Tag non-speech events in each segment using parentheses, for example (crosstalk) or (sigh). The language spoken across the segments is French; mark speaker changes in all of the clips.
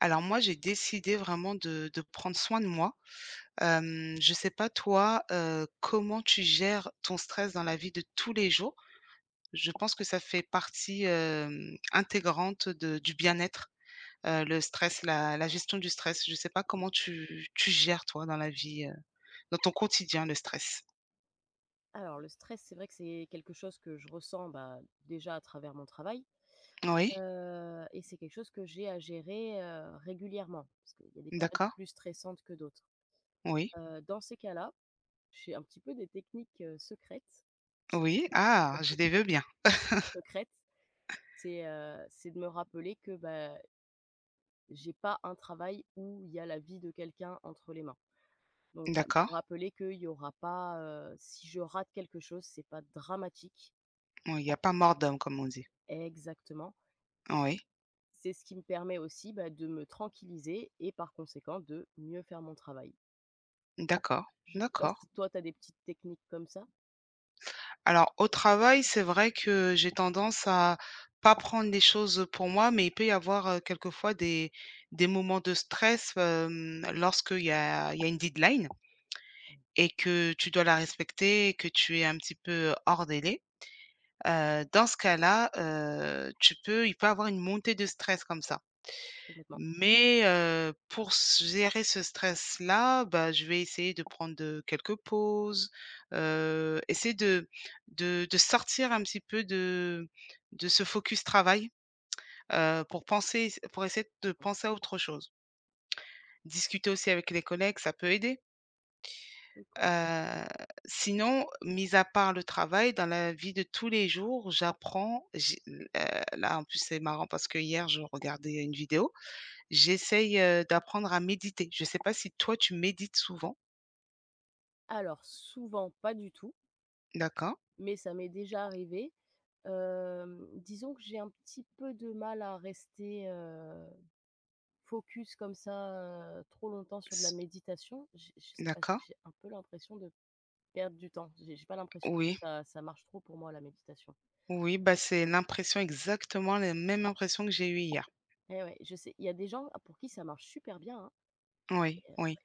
Speaker 1: Alors moi, j'ai décidé vraiment de prendre soin de moi. Je sais pas toi, comment tu gères ton stress dans la vie de tous les jours? Je pense que ça fait partie, intégrante de du bien-être, le stress, la gestion du stress. Je sais pas comment tu gères toi dans la vie, dans ton quotidien le stress?
Speaker 2: Alors le stress, c'est vrai que c'est quelque chose que je ressens, bah, déjà à travers mon travail,
Speaker 1: Oui,
Speaker 2: et c'est quelque chose que j'ai à gérer, régulièrement parce qu'il y a des périodes
Speaker 1: d'accord,
Speaker 2: plus stressantes que d'autres.
Speaker 1: oui,
Speaker 2: Dans ces cas-là, j'ai un petit peu des techniques, secrètes.
Speaker 1: oui. Ah, je
Speaker 2: (laughs)
Speaker 1: les veux bien.
Speaker 2: Secrètes, c'est de me rappeler que, bah, j'ai pas un travail où il y a la vie de quelqu'un entre les mains. Donc me
Speaker 1: D'accord.
Speaker 2: rappeler qu'il y aura pas, si je rate quelque chose, c'est pas dramatique
Speaker 1: Oui, il y a pas mort d'homme comme on dit.
Speaker 2: exactement.
Speaker 1: Oui,
Speaker 2: C'est ce qui me permet aussi, bah, de me tranquilliser et par conséquent de mieux faire mon travail.
Speaker 1: d'accord,
Speaker 2: Je sais pas
Speaker 1: d'accord.
Speaker 2: si toi tu as des petites techniques comme ça?
Speaker 1: Alors au travail, c'est vrai que j'ai tendance à pas prendre les choses pour moi, mais il peut y avoir, quelquefois des moments de stress, lorsqu'il y a une deadline
Speaker 2: Mmh,
Speaker 1: et que
Speaker 2: oui,
Speaker 1: tu dois la respecter et que tu es un petit peu hors délai. Dans ce cas-là, tu peux il peut y avoir une montée de stress comme ça.
Speaker 2: complètement.
Speaker 1: Mais pour s gérer ce stress-là, bah, je vais essayer de prendre, quelques pauses, essayer de sortir un petit peu de ce focus travail, heu, pour penser pour essayer de
Speaker 2: Mmh mh.
Speaker 1: penser à autre chose. Discuter aussi avec les collègues, ça peut aider.
Speaker 2: Oui,
Speaker 1: Heu, Sinon, mis à part le travail, dans la vie de tous les jours, j'apprends j'ai l là, en plus, c'est marrant parce que hier, je regardais une vidéo. J'essaye, d'apprendre à méditer. Je ne sais pas si toi tu médites souvent?
Speaker 2: alors souvent pas du tout,
Speaker 1: D'accord.
Speaker 2: mais ça m'est déjà arrivé. Disons que j'ai un petit peu de mal à rester, focus comme ça, trop longtemps sur de la
Speaker 1: S
Speaker 2: méditation. J'ai je
Speaker 1: D'accord.
Speaker 2: j'ai un peu l'impression de perdre du temps, j'ai pas l'impression que
Speaker 1: Oui,
Speaker 2: ça marche trop pour moi la méditation.
Speaker 1: oui, bah, c'est l'impression exactement la même impression que j'ai eue hier.
Speaker 2: Eh ouais, je sais, il y a des gens pour qui ça marche super bien, hein
Speaker 1: Oui,
Speaker 2: et
Speaker 1: oui.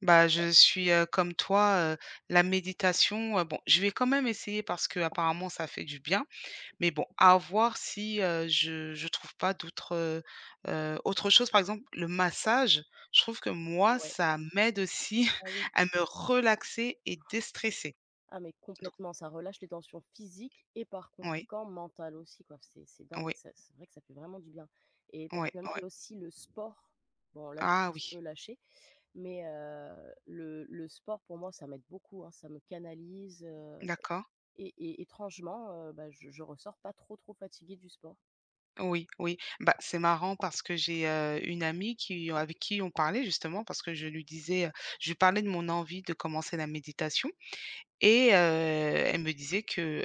Speaker 1: Bah, je suis, comme toi, la méditation, bon, je vais quand même essayer parce que apparemment ça fait du bien, mais bon, à voir si, je trouve pas d'autres, autre chose. Par exemple, le massage, je trouve que moi,
Speaker 2: ouais,
Speaker 1: ça m'aide aussi
Speaker 2: ah oui,
Speaker 1: (laughs) à me relaxer et déstresser.
Speaker 2: ah mais
Speaker 1: Donc
Speaker 2: complètement, ça relâche les tensions physiques et par
Speaker 1: oui.
Speaker 2: conséquent mentales aussi quoi. C'est dingue,
Speaker 1: Oui,
Speaker 2: ça c'est vrai que ça fait vraiment du bien et
Speaker 1: oui,
Speaker 2: personnellement, il
Speaker 1: oui.
Speaker 2: y a aussi le sport. Bon là, j'ai un
Speaker 1: Ah
Speaker 2: petit peu
Speaker 1: oui,
Speaker 2: lâché, mais le sport pour moi, ça m'aide beaucoup, hein, ça me canalise,
Speaker 1: d'accord.
Speaker 2: et étrangement, bah, je ressors pas trop, trop fatiguée du sport.
Speaker 1: Oui, oui. Bah, c'est marrant parce que j'ai une amie qui, avec qui on parlait justement, parce que je lui disais, je lui parlais de mon envie de commencer la méditation et elle me disait que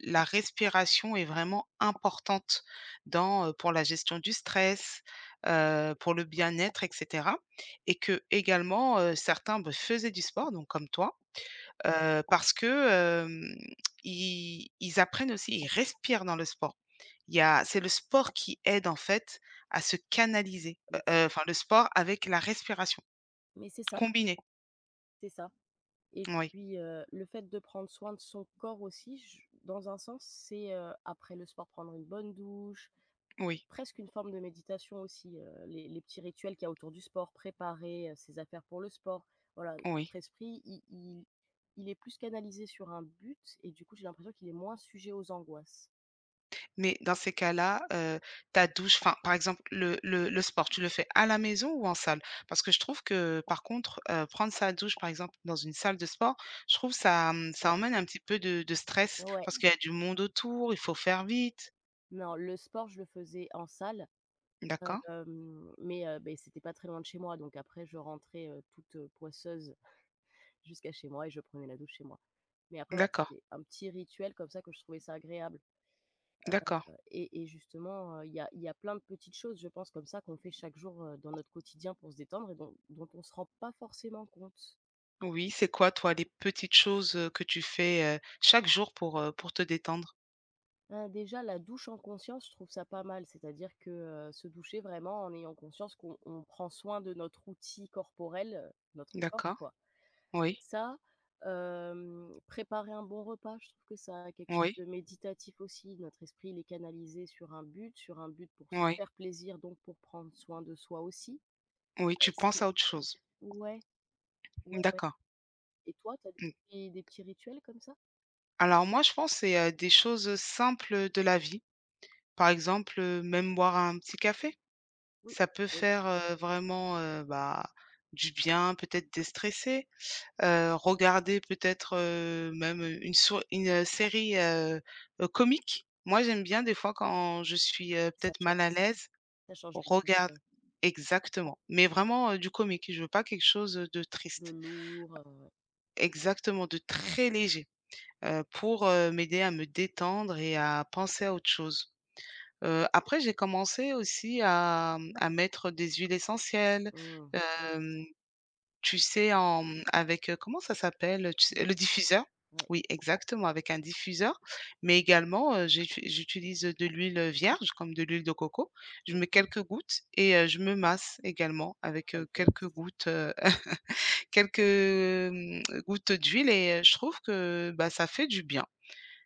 Speaker 1: la respiration est vraiment importante pour la gestion du stress, pour le bien-être, etc. Et que également, certains, bah, faisaient du sport, donc comme toi. Parce que, hem, ils apprennent aussi, ils respirent dans le sport. Il y a C'est le sport qui aide en fait à se canaliser,
Speaker 2: Mais c'est
Speaker 1: enfin le sport avec la respiration
Speaker 2: mais c'est ça,
Speaker 1: combinée.
Speaker 2: c'est ça. Et
Speaker 1: Oui,
Speaker 2: puis, le fait de prendre soin de son corps aussi, j dans un sens, c'est, après le sport, prendre une bonne douche,
Speaker 1: oui,
Speaker 2: presque une forme de méditation aussi, les petits rituels qu'il y a autour du sport, préparer, ses affaires pour le sport. Voilà, notre
Speaker 1: oui.
Speaker 2: esprit, i il est plus canalisé sur un but et du coup, j'ai l'impression qu'il est moins sujet aux angoisses.
Speaker 1: Mais dans ces cas-là, ta douche enfin par exemple le sport, tu le fais à la maison ou en salle? Parce que je trouve que par contre, prendre sa douche par exemple dans une salle de sport, je trouve ça,
Speaker 2: Ouais,
Speaker 1: ça emmène un petit peu de stress
Speaker 2: ouais,
Speaker 1: parce qu'il
Speaker 2: ouais.
Speaker 1: y a du monde autour, il faut faire vite.
Speaker 2: Non, le sport, je le faisais en salle,
Speaker 1: D'accord,
Speaker 2: mais beh, c'était pas très loin de chez moi, donc après je rentrais, toute, poisseuse jusqu'à chez moi et je prenais la douche chez moi. Mais après voilà,
Speaker 1: d'accord.
Speaker 2: c'était un petit rituel comme ça que je trouvais ça agréable, heu
Speaker 1: D'accord.
Speaker 2: et justement, il y a plein de petites choses, je pense, comme ça qu'on fait chaque jour, dans notre quotidien pour se détendre et dont on se rend pas forcément compte.
Speaker 1: Oui, c'est quoi, toi, les petites choses, que tu fais, chaque jour pour te détendre?
Speaker 2: Déjà la douche en conscience, je trouve ça pas mal, c'est-à-dire que, se doucher vraiment en ayant conscience qu'on on prend soin de notre outil corporel, notre corps
Speaker 1: D'accord.
Speaker 2: quoi.
Speaker 1: Oui,
Speaker 2: Ça, préparer un bon repas, je trouve que ça a quelque chose
Speaker 1: oui,
Speaker 2: de méditatif aussi. Notre esprit, il est canalisé sur un but pour se
Speaker 1: oui,
Speaker 2: faire plaisir, donc pour prendre soin de soi aussi.
Speaker 1: oui, tu
Speaker 2: C'est
Speaker 1: penses à autre chose.
Speaker 2: ouais, ouais, ouais.
Speaker 1: D'accord.
Speaker 2: Et toi, tu as des
Speaker 1: Mmh.
Speaker 2: petits des petits rituels comme ça?
Speaker 1: Alors moi, je pense que c'est, des choses simples de la vie. Par exemple, même boire un petit café.
Speaker 2: Oui,
Speaker 1: Ça peut
Speaker 2: oui,
Speaker 1: faire, vraiment, bah, du bien, peut-être déstresser, regarder peut-être, même, une, série, comique. Moi, j'aime bien des fois quand je suis,
Speaker 2: ça
Speaker 1: peut-être
Speaker 2: change
Speaker 1: mal à l'aise.
Speaker 2: ça change les idées,
Speaker 1: Regarde.
Speaker 2: ouais.
Speaker 1: Exactement, mais vraiment, du comique. Je veux pas quelque chose de
Speaker 2: De
Speaker 1: triste.
Speaker 2: lourd, ouais.
Speaker 1: Exactement, de très léger, pour, m'aider à me détendre et à penser à autre chose. Après j'ai commencé aussi à mettre des huiles essentielles,
Speaker 2: Mmh. Et oui.
Speaker 1: hem tu sais, avec, comment ça s'appelle? Tu
Speaker 2: Tu
Speaker 1: sais, le
Speaker 2: donnes
Speaker 1: diffuseur.
Speaker 2: ouais.
Speaker 1: Oui, exactement, avec un diffuseur, mais également, j'utilise de l'huile vierge comme de l'huile de coco. Je mets
Speaker 2: Mmh.
Speaker 1: quelques gouttes et je me masse également avec,
Speaker 2: Ah
Speaker 1: quelques
Speaker 2: yes.
Speaker 1: gouttes, (laughs) quelques, gouttes d'huile et je trouve que, bah, ça fait du bien.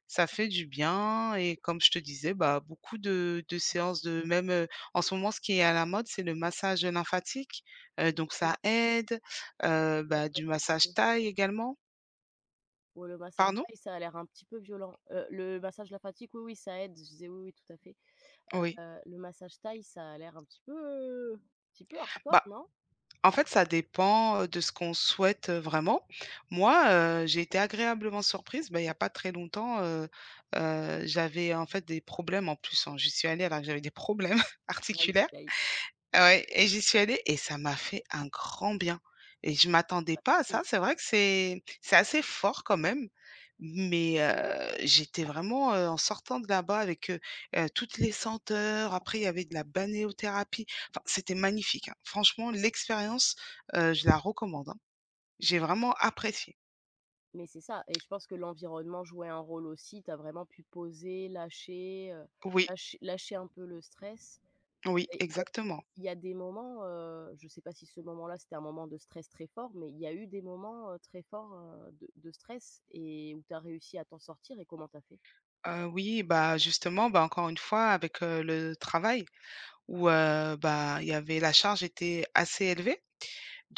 Speaker 1: Ça fait du bien et comme je te disais, bah, beaucoup de séances de même, en ce moment, ce qui est à la mode, c'est le massage lymphatique, donc
Speaker 2: Oui,
Speaker 1: ça aide,
Speaker 2: ouais,
Speaker 1: bah,
Speaker 2: ouais,
Speaker 1: du
Speaker 2: tout à
Speaker 1: massage
Speaker 2: fait.
Speaker 1: taille également.
Speaker 2: Ouais, le massage
Speaker 1: Pardon?
Speaker 2: thaï, ça a l'air un petit peu violent. Le massage de la fatigue, oui, oui, ça aide. Je disais oui, oui, tout à fait.
Speaker 1: Oui.
Speaker 2: Le massage thaï, ça a l'air un petit peu hardcore,
Speaker 1: Bah,
Speaker 2: non?
Speaker 1: en fait, ça dépend, de ce qu'on souhaite, vraiment. Moi, j'ai été agréablement surprise, bah, il y a pas très longtemps, j'avais en fait des problèmes en plus, hein, j'y suis allée alors que j'avais des problèmes (laughs)
Speaker 2: Aïe,
Speaker 1: articulaires.
Speaker 2: aïe, aïe.
Speaker 1: Ah ouais, et j'y suis allée et ça m'a fait un grand bien et je m'attendais pas à ça. C'est vrai que c'est assez fort quand même, mais j'étais vraiment, en sortant de là-bas avec, toutes les senteurs. Après, il y avait de la balnéothérapie. Enfin, c'était magnifique, hein. Franchement, l'expérience, je la recommande, hein. J'ai vraiment apprécié.
Speaker 2: Mais c'est ça et je pense que l'environnement jouait un rôle aussi. Tu as vraiment pu poser, lâcher,
Speaker 1: Oui,
Speaker 2: lâcher un peu le stress
Speaker 1: oui,
Speaker 2: et
Speaker 1: exactement.
Speaker 2: il y a des moments, je ne sais pas si ce moment-là, c'était un moment de stress très fort, mais il y a eu des moments, très forts, de stress et où tu as réussi à t'en sortir et comment tu as fait?
Speaker 1: Oui, bah, justement, bah, encore une fois avec, le travail où, bah, il y avait la charge était assez élevée.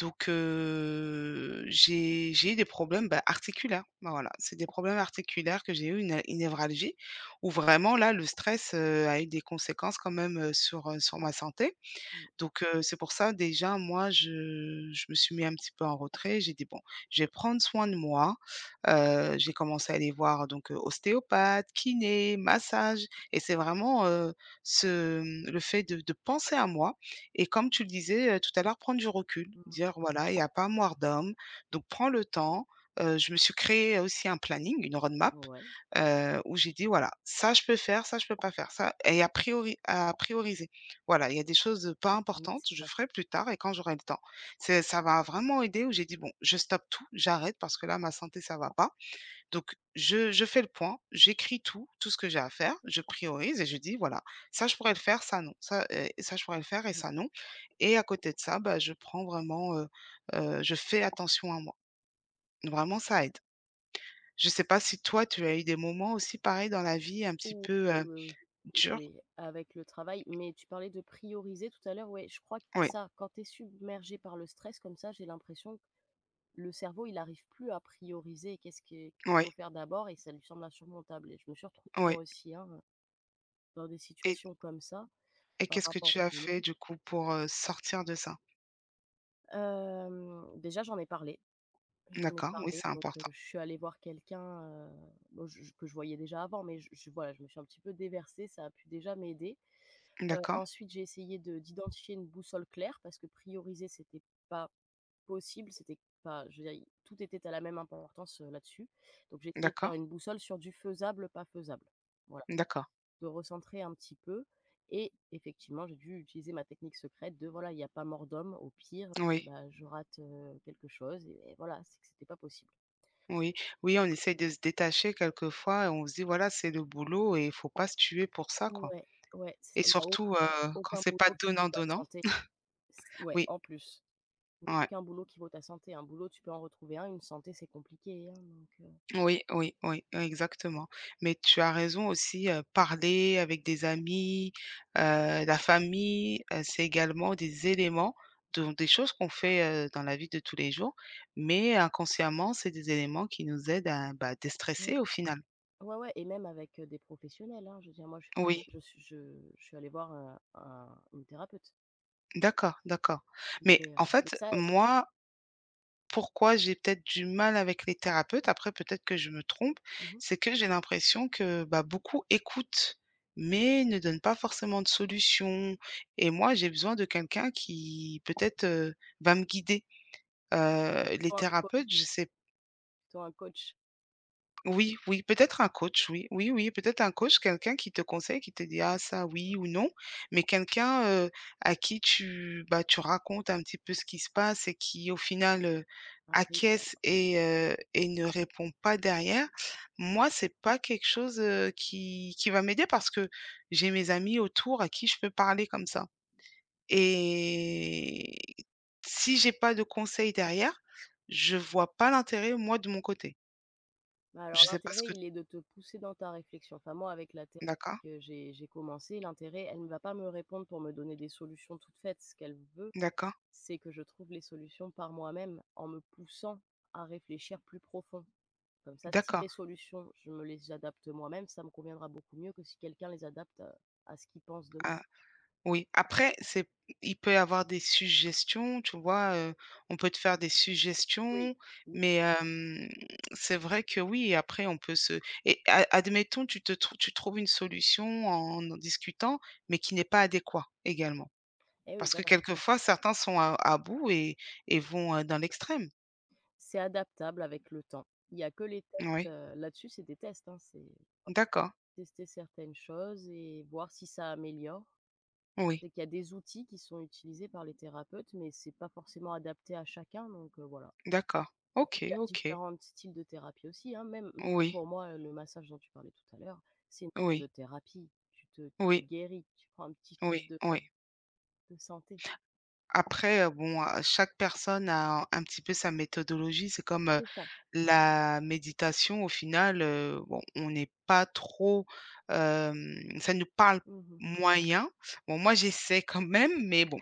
Speaker 1: Donc j'ai eu des problèmes, bah, articulaires. Ben, voilà, c'est des problèmes articulaires, que j'ai eu une névralgie où vraiment là, le stress, a eu des conséquences quand même, sur ma santé.
Speaker 2: Mmh,
Speaker 1: Donc c'est pour ça, déjà moi je me suis mis un petit peu en retrait. J'ai dit: «Bon, je vais prendre soin de moi». J'ai commencé à aller voir donc ostéopathe, kiné, massage et c'est vraiment, le fait de penser à moi et comme tu le disais, tout à l'heure, prendre du recul,
Speaker 2: mmh,
Speaker 1: dire: «Voilà, il y a pas mort d'homme, donc prends le temps». Je me suis créé aussi un planning, une roadmap,
Speaker 2: ouais,
Speaker 1: où j'ai dit: «Voilà, ça je peux faire, ça je peux pas faire, ça» et à prioriser. Voilà, il y a des choses pas
Speaker 2: ouais,
Speaker 1: importantes,
Speaker 2: c'est
Speaker 1: je
Speaker 2: ça.
Speaker 1: ferai plus tard et quand j'aurai le temps. C'est ça, m'a vraiment aidée où j'ai dit: «Bon, je stoppe tout, j'arrête parce que là, ma santé, ça va pas». Donc je fais le point, j'écris tout, tout ce que j'ai à faire, je priorise et je dis: «Voilà, ça je pourrais le faire, ça non, ça je pourrais le faire et ça non» et à côté de ça, bah, je prends vraiment, je fais attention à moi. Vraiment, ça aide. Je sais pas si toi, tu as eu des moments aussi pareils dans la vie un petit
Speaker 2: Oui,
Speaker 1: peu,
Speaker 2: oui, oui. Oui,
Speaker 1: durs?
Speaker 2: oui, avec le travail. Mais tu parlais de prioriser tout à l'heure, ouais, je crois que
Speaker 1: Oui,
Speaker 2: c'est ça. Quand tu es submergé par le stress comme ça, j'ai l'impression que le cerveau, il n'arrive plus à prioriser qu'est-ce qu'il
Speaker 1: oui,
Speaker 2: faut faire d'abord et ça lui semble insurmontable. Et je me suis retrouvée moi
Speaker 1: oui.
Speaker 2: aussi, hein, dans des situations comme ça
Speaker 1: Et
Speaker 2: par
Speaker 1: qu'est-ce que
Speaker 2: rapport au
Speaker 1: tu as fait
Speaker 2: boulot.
Speaker 1: du coup pour, sortir de ça?
Speaker 2: Déjà, j'en ai parlé. J'en ai
Speaker 1: D'accord, oui,
Speaker 2: parlé,
Speaker 1: c'est
Speaker 2: donc
Speaker 1: important.
Speaker 2: je suis allée voir quelqu'un, bon, je que je voyais déjà avant, mais je voilà, je me suis un petit peu déversée, ça a pu déjà m'aider.
Speaker 1: D'accord,
Speaker 2: Ensuite, j'ai essayé de d'identifier une boussole claire parce que prioriser, c'était pas possible, c'était pas je veux dire, i tout était à la même importance, là-dessus. Donc j'ai essayé de faire
Speaker 1: d'accord,
Speaker 2: une boussole sur du faisable, pas faisable. Voilà,
Speaker 1: d'accord.
Speaker 2: de recentrer un petit peu et effectivement, j'ai dû utiliser ma technique secrète de voilà, il y a pas mort d'homme, au pire,
Speaker 1: Oui,
Speaker 2: bah, je rate, quelque chose et voilà, c'est que c'était pas possible.
Speaker 1: oui, oui, on essaye de se détacher quelquefois et on se dit: «Voilà, c'est le boulot et il faut pas se tuer pour ça, quoi»,
Speaker 2: Ouais, ouais,
Speaker 1: et
Speaker 2: il y a au
Speaker 1: surtout, quand
Speaker 2: aucun
Speaker 1: c'est pas
Speaker 2: boulot qui perd
Speaker 1: donnant-donnant.
Speaker 2: santé. Ouais,
Speaker 1: Oui,
Speaker 2: en plus.
Speaker 1: ouais.
Speaker 2: Aucun boulot qui vaut ta santé. Un boulot, tu peux en retrouver un, une santé, c'est compliqué, hein, donc
Speaker 1: Oui, oui, oui, oui, exactement. Mais tu as raison aussi, parler avec des amis, la famille, c'est également des éléments, donc des choses qu'on fait dans la vie de tous les jours, mais inconsciemment, c'est des éléments qui nous aident à, bah,
Speaker 2: ouais.
Speaker 1: déstresser au final.
Speaker 2: Ouais, ouais et même avec, des professionnels, hein. Je veux dire, moi, je
Speaker 1: Oui,
Speaker 2: je suis je je suis allée voir, un une thérapeute,
Speaker 1: d'accord, d'accord. Mais en
Speaker 2: mais
Speaker 1: fait,
Speaker 2: ça
Speaker 1: moi, pourquoi j'ai peut-être du mal avec les thérapeutes, après peut-être que je me trompe,
Speaker 2: mmh mh,
Speaker 1: c'est que j'ai l'impression que, bah, beaucoup écoutent, mais ne donnent pas forcément de solution, et moi, j'ai besoin de quelqu'un qui peut-être, va me guider. Les
Speaker 2: plutôt un coach
Speaker 1: thérapeutes, je sais
Speaker 2: plutôt un coach.
Speaker 1: Oui, oui, peut-être un coach, oui. Oui, oui, peut-être un coach, quelqu'un qui te conseille, qui te dit: «Ah ça, oui» ou «non», mais quelqu'un, à qui tu, bah, tu racontes un petit peu ce qui se passe et qui au final, acquiesce
Speaker 2: (unintelligible)
Speaker 1: et ne répond pas derrière. Moi, c'est pas quelque chose, qui va m'aider parce que j'ai mes amis autour à qui je peux parler comme ça, et si j'ai pas de conseil derrière, je vois pas l'intérêt moi de mon côté.
Speaker 2: Bah, alors
Speaker 1: Je sais pas ce
Speaker 2: l'intérêt,
Speaker 1: que
Speaker 2: il est de te pousser dans ta réflexion. Enfin, moi, avec la thérapie
Speaker 1: D'accord?
Speaker 2: que j'ai commencé, l'intérêt, elle ne va pas me répondre pour me donner des solutions toutes faites. Ce qu'elle veut,
Speaker 1: D'accord,
Speaker 2: c'est que je trouve les solutions par moi-même en me poussant à réfléchir plus profond. Comme ça, si
Speaker 1: d'accord.
Speaker 2: mes solutions, je me les adapte moi-même, ça me conviendra beaucoup mieux que si quelqu'un les adapte à ce qu'il pense de moi.
Speaker 1: Ah oui, après c'est il peut y avoir des suggestions, tu vois? On peut te faire des
Speaker 2: Oui.
Speaker 1: suggestions,
Speaker 2: Oui,
Speaker 1: mais c'est vrai que oui, après on peut se et a admettons tu trouves une solution en discutant, mais qui n'est pas adéquat également.
Speaker 2: eh oui,
Speaker 1: Parce que
Speaker 2: voilà, c'est ça.
Speaker 1: quelquefois certains sont à bout et vont, dans l'extrême.
Speaker 2: C'est adaptable avec le temps. Il y a que les tests,
Speaker 1: Oui,
Speaker 2: là-dessus, c'est des tests, hein, c'est
Speaker 1: d'accord,
Speaker 2: tester certaines choses et voir si ça améliore.
Speaker 1: oui,
Speaker 2: C'est qu'il y a des outils qui sont utilisés par les thérapeutes, mais c'est pas forcément adapté à chacun, donc voilà.
Speaker 1: d'accord.
Speaker 2: Il
Speaker 1: OK,
Speaker 2: y a
Speaker 1: OK.
Speaker 2: différents styles de thérapie aussi, hein. Même
Speaker 1: Oui,
Speaker 2: pour moi, le massage dont tu parlais tout à l'heure, c'est une forme de
Speaker 1: oui,
Speaker 2: thérapie. Tu te
Speaker 1: oui,
Speaker 2: guéris, tu prends un petit
Speaker 1: oui,
Speaker 2: shot
Speaker 1: oui,
Speaker 2: de
Speaker 1: oui.
Speaker 2: de santé.
Speaker 1: Après, bon, chaque personne a un petit peu sa méthodologie. C'est comme,
Speaker 2: C'est ça.
Speaker 1: la méditation au final, bon, on n'est pas trop, ça nous parle
Speaker 2: Mmh mh.
Speaker 1: moyen. Bon, moi, j'essaie quand même, mais bon,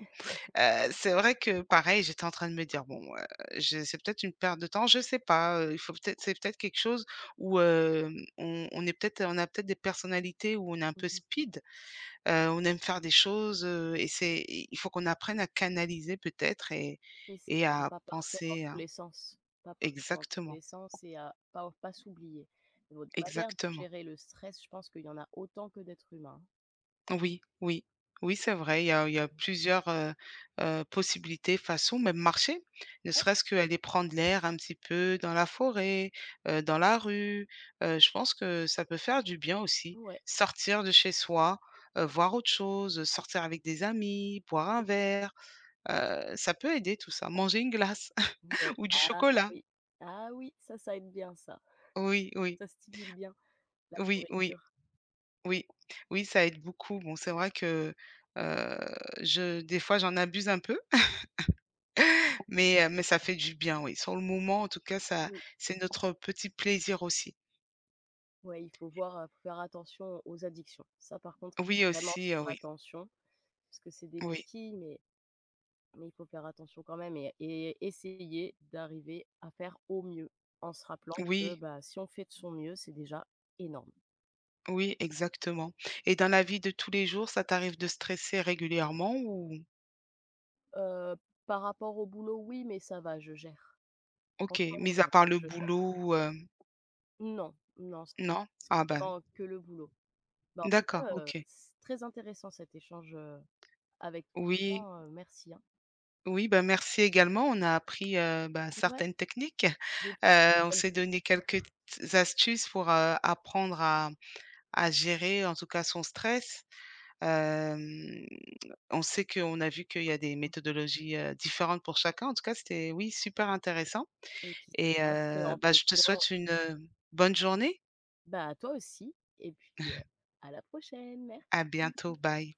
Speaker 1: c'est vrai que pareil, j'étais en train de me dire: «Bon, je c'est peut-être une perte de temps, je sais pas, il faut peut-être c'est peut-être quelque chose où, on est peut-être on a peut-être des personnalités où on est un peu
Speaker 2: Mmh.
Speaker 1: speed». On aime faire des choses, et c'est il faut qu'on apprenne à canaliser peut-être
Speaker 2: C'est ça,
Speaker 1: et
Speaker 2: à
Speaker 1: à
Speaker 2: pas partir dans
Speaker 1: penser
Speaker 2: tous
Speaker 1: à
Speaker 2: les sens, pas partir dans tous
Speaker 1: exactement,
Speaker 2: les sens et à pas s'oublier. Notre manière de
Speaker 1: exactement.
Speaker 2: gérer le stress, je pense qu'il y en a autant que d'êtres humains.
Speaker 1: Oui, oui, oui, c'est vrai, il y a
Speaker 2: Mmh.
Speaker 1: plusieurs, possibilités, façons, même marcher, ne serait-ce qu'aller prendre l'air un petit peu dans la forêt, dans la rue, je pense que ça peut faire du bien aussi.
Speaker 2: Ouais,
Speaker 1: Sortir de chez soi, voir autre chose, sortir avec des amis, boire un
Speaker 2: oui,
Speaker 1: verre, ça peut aider tout ça. Manger une glace.
Speaker 2: ouais.
Speaker 1: Ou du
Speaker 2: Ah
Speaker 1: chocolat.
Speaker 2: oui, ah oui, ça aide bien ça.
Speaker 1: Oui, oui,
Speaker 2: Ça stimule bien la
Speaker 1: oui, oui,
Speaker 2: nourriture.
Speaker 1: oui. Oui, ça aide beaucoup. Bon, c'est vrai que, heu, je des fois, j'en abuse un peu, mais mais ça fait du bien, oui. Sur le moment, en tout cas, ça
Speaker 2: Oui.
Speaker 1: c'est notre petit plaisir aussi.
Speaker 2: Ouais, il faut voir, faut faire attention aux addictions. Ça, par contre,
Speaker 1: Oui,
Speaker 2: vraiment
Speaker 1: aussi,
Speaker 2: faire
Speaker 1: oui,
Speaker 2: attention, parce que c'est des
Speaker 1: oui,
Speaker 2: béquilles, mais il faut faire attention quand même et essayer d'arriver à faire au mieux, en se rappelant que,
Speaker 1: oui,
Speaker 2: bah, si on fait de son mieux, c'est déjà énorme.
Speaker 1: oui, exactement. Et dans la vie de tous les jours, ça t'arrive de stresser régulièrement ou
Speaker 2: Heu, Par rapport au boulot, oui, mais ça va, je gère.
Speaker 1: OK,
Speaker 2: Franchement,
Speaker 1: mis à part le
Speaker 2: je gère.
Speaker 1: boulot,
Speaker 2: Non, non, ça va.
Speaker 1: non?
Speaker 2: C'est
Speaker 1: Ah ben,
Speaker 2: vraiment que le boulot. Bah, en tout cas,
Speaker 1: d'accord, OK.
Speaker 2: c'est très intéressant cet échange, avec toi,
Speaker 1: Oui.
Speaker 2: vraiment, merci, hein.
Speaker 1: Oui, bah, merci également. On a appris, bah,
Speaker 2: Ouais,
Speaker 1: certaines techniques.
Speaker 2: des
Speaker 1: On s'est donné quelques t astuces pour, apprendre à gérer, en tout cas, son stress. Hem, on sait Qu'on a vu qu'il y a des méthodologies, différentes pour chacun. En tout cas, c'était, oui, super intéressant
Speaker 2: Donc, qui
Speaker 1: et
Speaker 2: s'adapte en
Speaker 1: bah, je te
Speaker 2: fonction
Speaker 1: souhaite une, bonne journée.
Speaker 2: bah, à toi aussi et puis, à la prochaine,
Speaker 1: À
Speaker 2: merci.
Speaker 1: bientôt. Bye.